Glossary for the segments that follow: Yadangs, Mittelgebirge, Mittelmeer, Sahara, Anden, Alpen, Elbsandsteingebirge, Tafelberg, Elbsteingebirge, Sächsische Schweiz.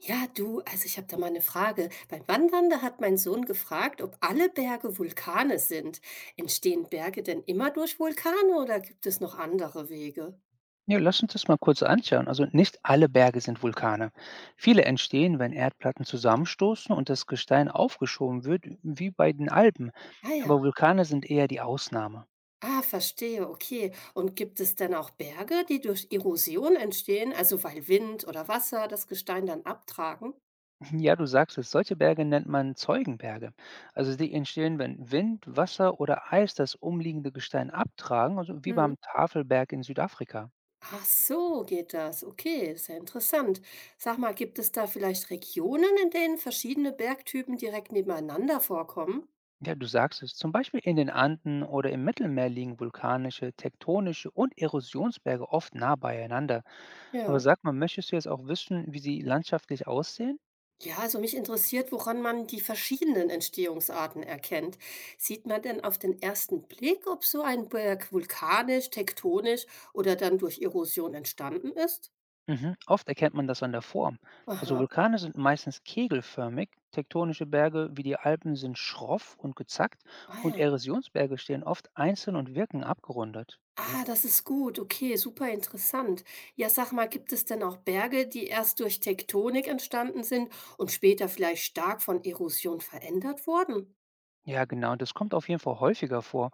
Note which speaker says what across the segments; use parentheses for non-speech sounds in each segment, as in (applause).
Speaker 1: Ja, du, also ich habe da mal eine Frage. Beim Wandern, da hat mein Sohn gefragt, ob alle Berge Vulkane sind. Entstehen Berge denn immer durch Vulkane oder gibt es noch andere Wege?
Speaker 2: Ja, lass uns das mal kurz anschauen. Also nicht alle Berge sind Vulkane. Viele entstehen, wenn Erdplatten zusammenstoßen und das Gestein aufgeschoben wird, wie bei den Alpen.
Speaker 1: Ah ja,
Speaker 2: Aber Vulkane sind eher die Ausnahme.
Speaker 1: ah, verstehe, okay. Und gibt es denn auch Berge, die durch Erosion entstehen, also weil Wind oder Wasser das Gestein dann abtragen?
Speaker 2: (laughs) Ja, du sagst es, solche Berge nennt man Zeugenberge. Also die entstehen, wenn Wind, Wasser oder Eis das umliegende Gestein abtragen, also wie
Speaker 1: Mhm.
Speaker 2: beim Tafelberg in Südafrika.
Speaker 1: Ach so, geht das. Okay, sehr interessant. Sag mal, gibt es da vielleicht Regionen, in denen verschiedene Bergtypen direkt nebeneinander vorkommen?
Speaker 2: Ja, du sagst es, zum Beispiel in den Anden oder im Mittelmeer liegen vulkanische, tektonische und Erosionsberge oft nah beieinander. Aber
Speaker 1: Ja.
Speaker 2: sag mal, möchtest du jetzt auch wissen, wie sie landschaftlich aussehen?
Speaker 1: Ja, also mich interessiert, woran man die verschiedenen Entstehungsarten erkennt. Sieht man denn auf den ersten Blick, ob so ein Berg vulkanisch, tektonisch oder dann durch Erosion entstanden ist?
Speaker 2: Mhm. Oft erkennt man das an der Form. Also
Speaker 1: Aha.
Speaker 2: Vulkane sind meistens kegelförmig, tektonische Berge wie die Alpen sind schroff und gezackt
Speaker 1: Ah
Speaker 2: und
Speaker 1: ja.
Speaker 2: Erosionsberge stehen oft einzeln und wirken abgerundet.
Speaker 1: Ah, das ist gut. Okay, super interessant. Ja, sag mal, gibt es denn auch Berge, die erst durch Tektonik entstanden sind und später vielleicht stark von Erosion verändert wurden?
Speaker 2: Ja, genau, das kommt auf jeden Fall häufiger vor.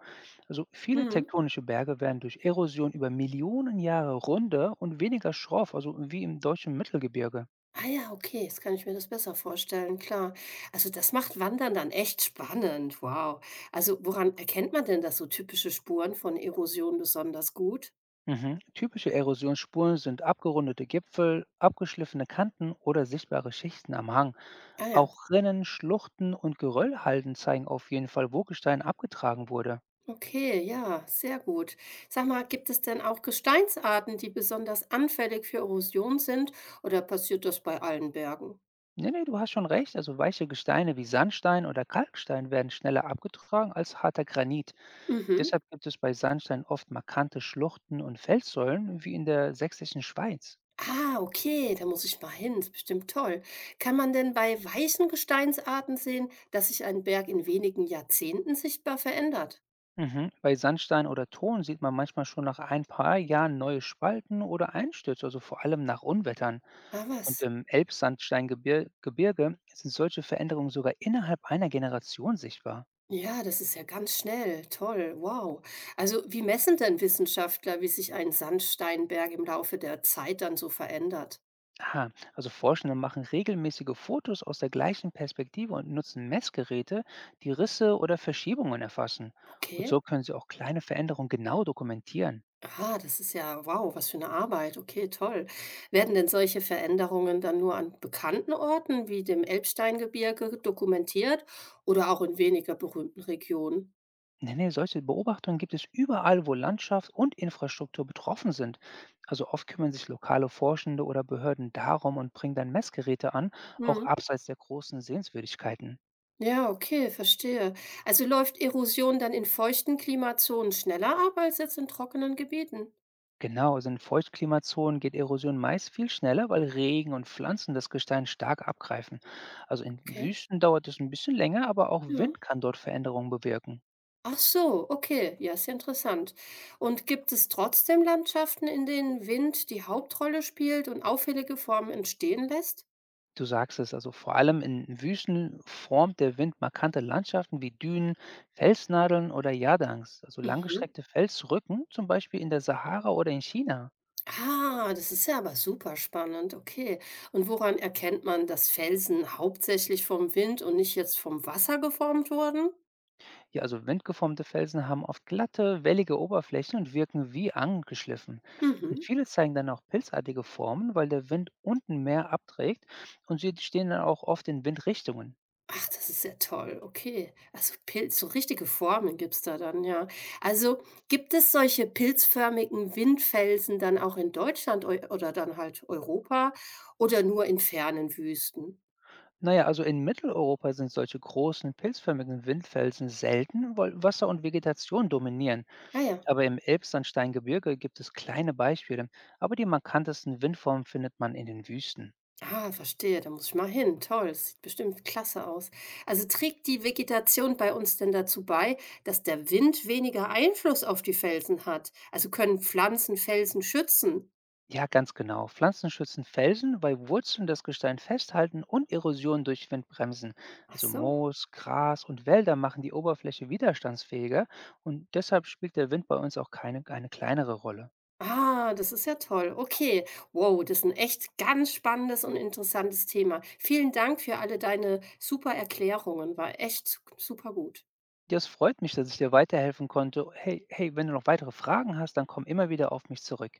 Speaker 2: Also viele
Speaker 1: Hm.
Speaker 2: tektonische Berge werden durch Erosion über Millionen Jahre runder und weniger schroff, also wie im deutschen Mittelgebirge.
Speaker 1: Ah ja, okay, jetzt kann ich mir das besser vorstellen, klar. Also das macht Wandern dann echt spannend, wow. Also woran erkennt man denn das so typische Spuren von Erosion besonders gut?
Speaker 2: Mhm. Typische Erosionsspuren sind abgerundete Gipfel, abgeschliffene Kanten oder sichtbare Schichten am Hang.
Speaker 1: Ah ja,
Speaker 2: Auch Rinnen, Schluchten und Geröllhalden zeigen auf jeden Fall, wo Gestein abgetragen wurde.
Speaker 1: okay, ja, sehr gut. Sag mal, gibt es denn auch Gesteinsarten, die besonders anfällig für Erosion sind, oder passiert das bei allen Bergen?
Speaker 2: Nee, nee, du hast schon recht. Also weiche Gesteine wie Sandstein oder Kalkstein werden schneller abgetragen als harter Granit.
Speaker 1: Mhm.
Speaker 2: Deshalb gibt es bei Sandstein oft markante Schluchten und Felssäulen, wie in der sächsischen Schweiz.
Speaker 1: Ah, okay, da muss ich mal hin, ist bestimmt toll. Kann man denn bei weichen Gesteinsarten sehen, dass sich ein Berg in wenigen Jahrzehnten sichtbar verändert?
Speaker 2: Mhm. Bei Sandstein oder Ton sieht man manchmal schon nach ein paar Jahren neue Spalten oder Einstürze, also vor allem nach Unwettern.
Speaker 1: Ah
Speaker 2: Und
Speaker 1: was.
Speaker 2: im Elbsandsteingebirge sind solche Veränderungen sogar innerhalb einer Generation sichtbar.
Speaker 1: Ja, das ist ja ganz schnell. Toll, wow. Also, wie messen denn Wissenschaftler, wie sich ein Sandsteinberg im Laufe der Zeit dann so verändert?
Speaker 2: Aha, also Forschende machen regelmäßige Fotos aus der gleichen Perspektive und nutzen Messgeräte, die Risse oder Verschiebungen erfassen. Und so
Speaker 1: Okay.
Speaker 2: können sie auch kleine Veränderungen genau dokumentieren.
Speaker 1: Ah, das ist ja wow, was für eine Arbeit. Okay, toll. Werden denn solche Veränderungen dann nur an bekannten Orten wie dem Elbsteingebirge dokumentiert oder auch in weniger berühmten Regionen?
Speaker 2: Nee, nee, solche Beobachtungen gibt es überall, wo Landschaft und Infrastruktur betroffen sind. Also oft kümmern sich lokale Forschende oder Behörden darum und bringen dann Messgeräte an, auch
Speaker 1: Hm.
Speaker 2: abseits der großen Sehenswürdigkeiten.
Speaker 1: Ja, okay, verstehe. Also läuft Erosion dann in feuchten Klimazonen schneller ab als jetzt in trockenen Gebieten?
Speaker 2: Genau, also in Feuchtklimazonen geht Erosion meist viel schneller, weil Regen und Pflanzen das Gestein stark abgreifen. Also in
Speaker 1: Okay.
Speaker 2: Wüsten dauert es ein bisschen länger, aber auch
Speaker 1: Ja.
Speaker 2: Wind kann dort Veränderungen bewirken.
Speaker 1: Ach so, okay, ja, ist ja interessant. Und gibt es trotzdem Landschaften, in denen Wind die Hauptrolle spielt und auffällige Formen entstehen lässt?
Speaker 2: Du sagst es, also vor allem in Wüsten formt der Wind markante Landschaften wie Dünen, Felsnadeln oder Yadangs, also
Speaker 1: Mhm.
Speaker 2: langgestreckte Felsrücken, zum Beispiel in der Sahara oder in China.
Speaker 1: Ah, das ist ja aber super spannend, okay. Und woran erkennt man, dass Felsen hauptsächlich vom Wind und nicht jetzt vom Wasser geformt wurden?
Speaker 2: Ja, also windgeformte Felsen haben oft glatte, wellige Oberflächen und wirken wie angeschliffen. Und
Speaker 1: Mhm.
Speaker 2: viele zeigen dann auch pilzartige Formen, weil der Wind unten mehr abträgt und sie stehen dann auch oft in Windrichtungen.
Speaker 1: Ach, das ist ja toll, okay. Also Pilz so richtige Formen gibt's da dann, ja. Also, gibt es solche pilzförmigen Windfelsen dann auch in Deutschland eu oder dann halt Europa oder nur in fernen Wüsten?
Speaker 2: Naja, also in Mitteleuropa sind solche großen pilzförmigen Windfelsen selten, weil Wasser und Vegetation dominieren.
Speaker 1: Ah ja.
Speaker 2: Aber im Elbsandsteingebirge gibt es kleine Beispiele, aber die markantesten Windformen findet man in den Wüsten.
Speaker 1: Ah, verstehe, da muss ich mal hin. Toll, das sieht bestimmt klasse aus. Also trägt die Vegetation bei uns denn dazu bei, dass der Wind weniger Einfluss auf die Felsen hat? Also können Pflanzen Felsen schützen?
Speaker 2: Ja, ganz genau. Pflanzen schützen Felsen, weil Wurzeln das Gestein festhalten und Erosion durch Wind bremsen.
Speaker 1: Ach
Speaker 2: Also
Speaker 1: so.
Speaker 2: Moos, Gras und Wälder machen die Oberfläche widerstandsfähiger und deshalb spielt der Wind bei uns auch keine, eine kleinere Rolle.
Speaker 1: Ah, das ist ja toll. Okay. Wow, das ist ein echt ganz spannendes und interessantes Thema. Vielen Dank für alle deine super Erklärungen, war echt super gut.
Speaker 2: Das freut mich, dass ich dir weiterhelfen konnte. Hey, wenn du noch weitere Fragen hast, dann komm immer wieder auf mich zurück.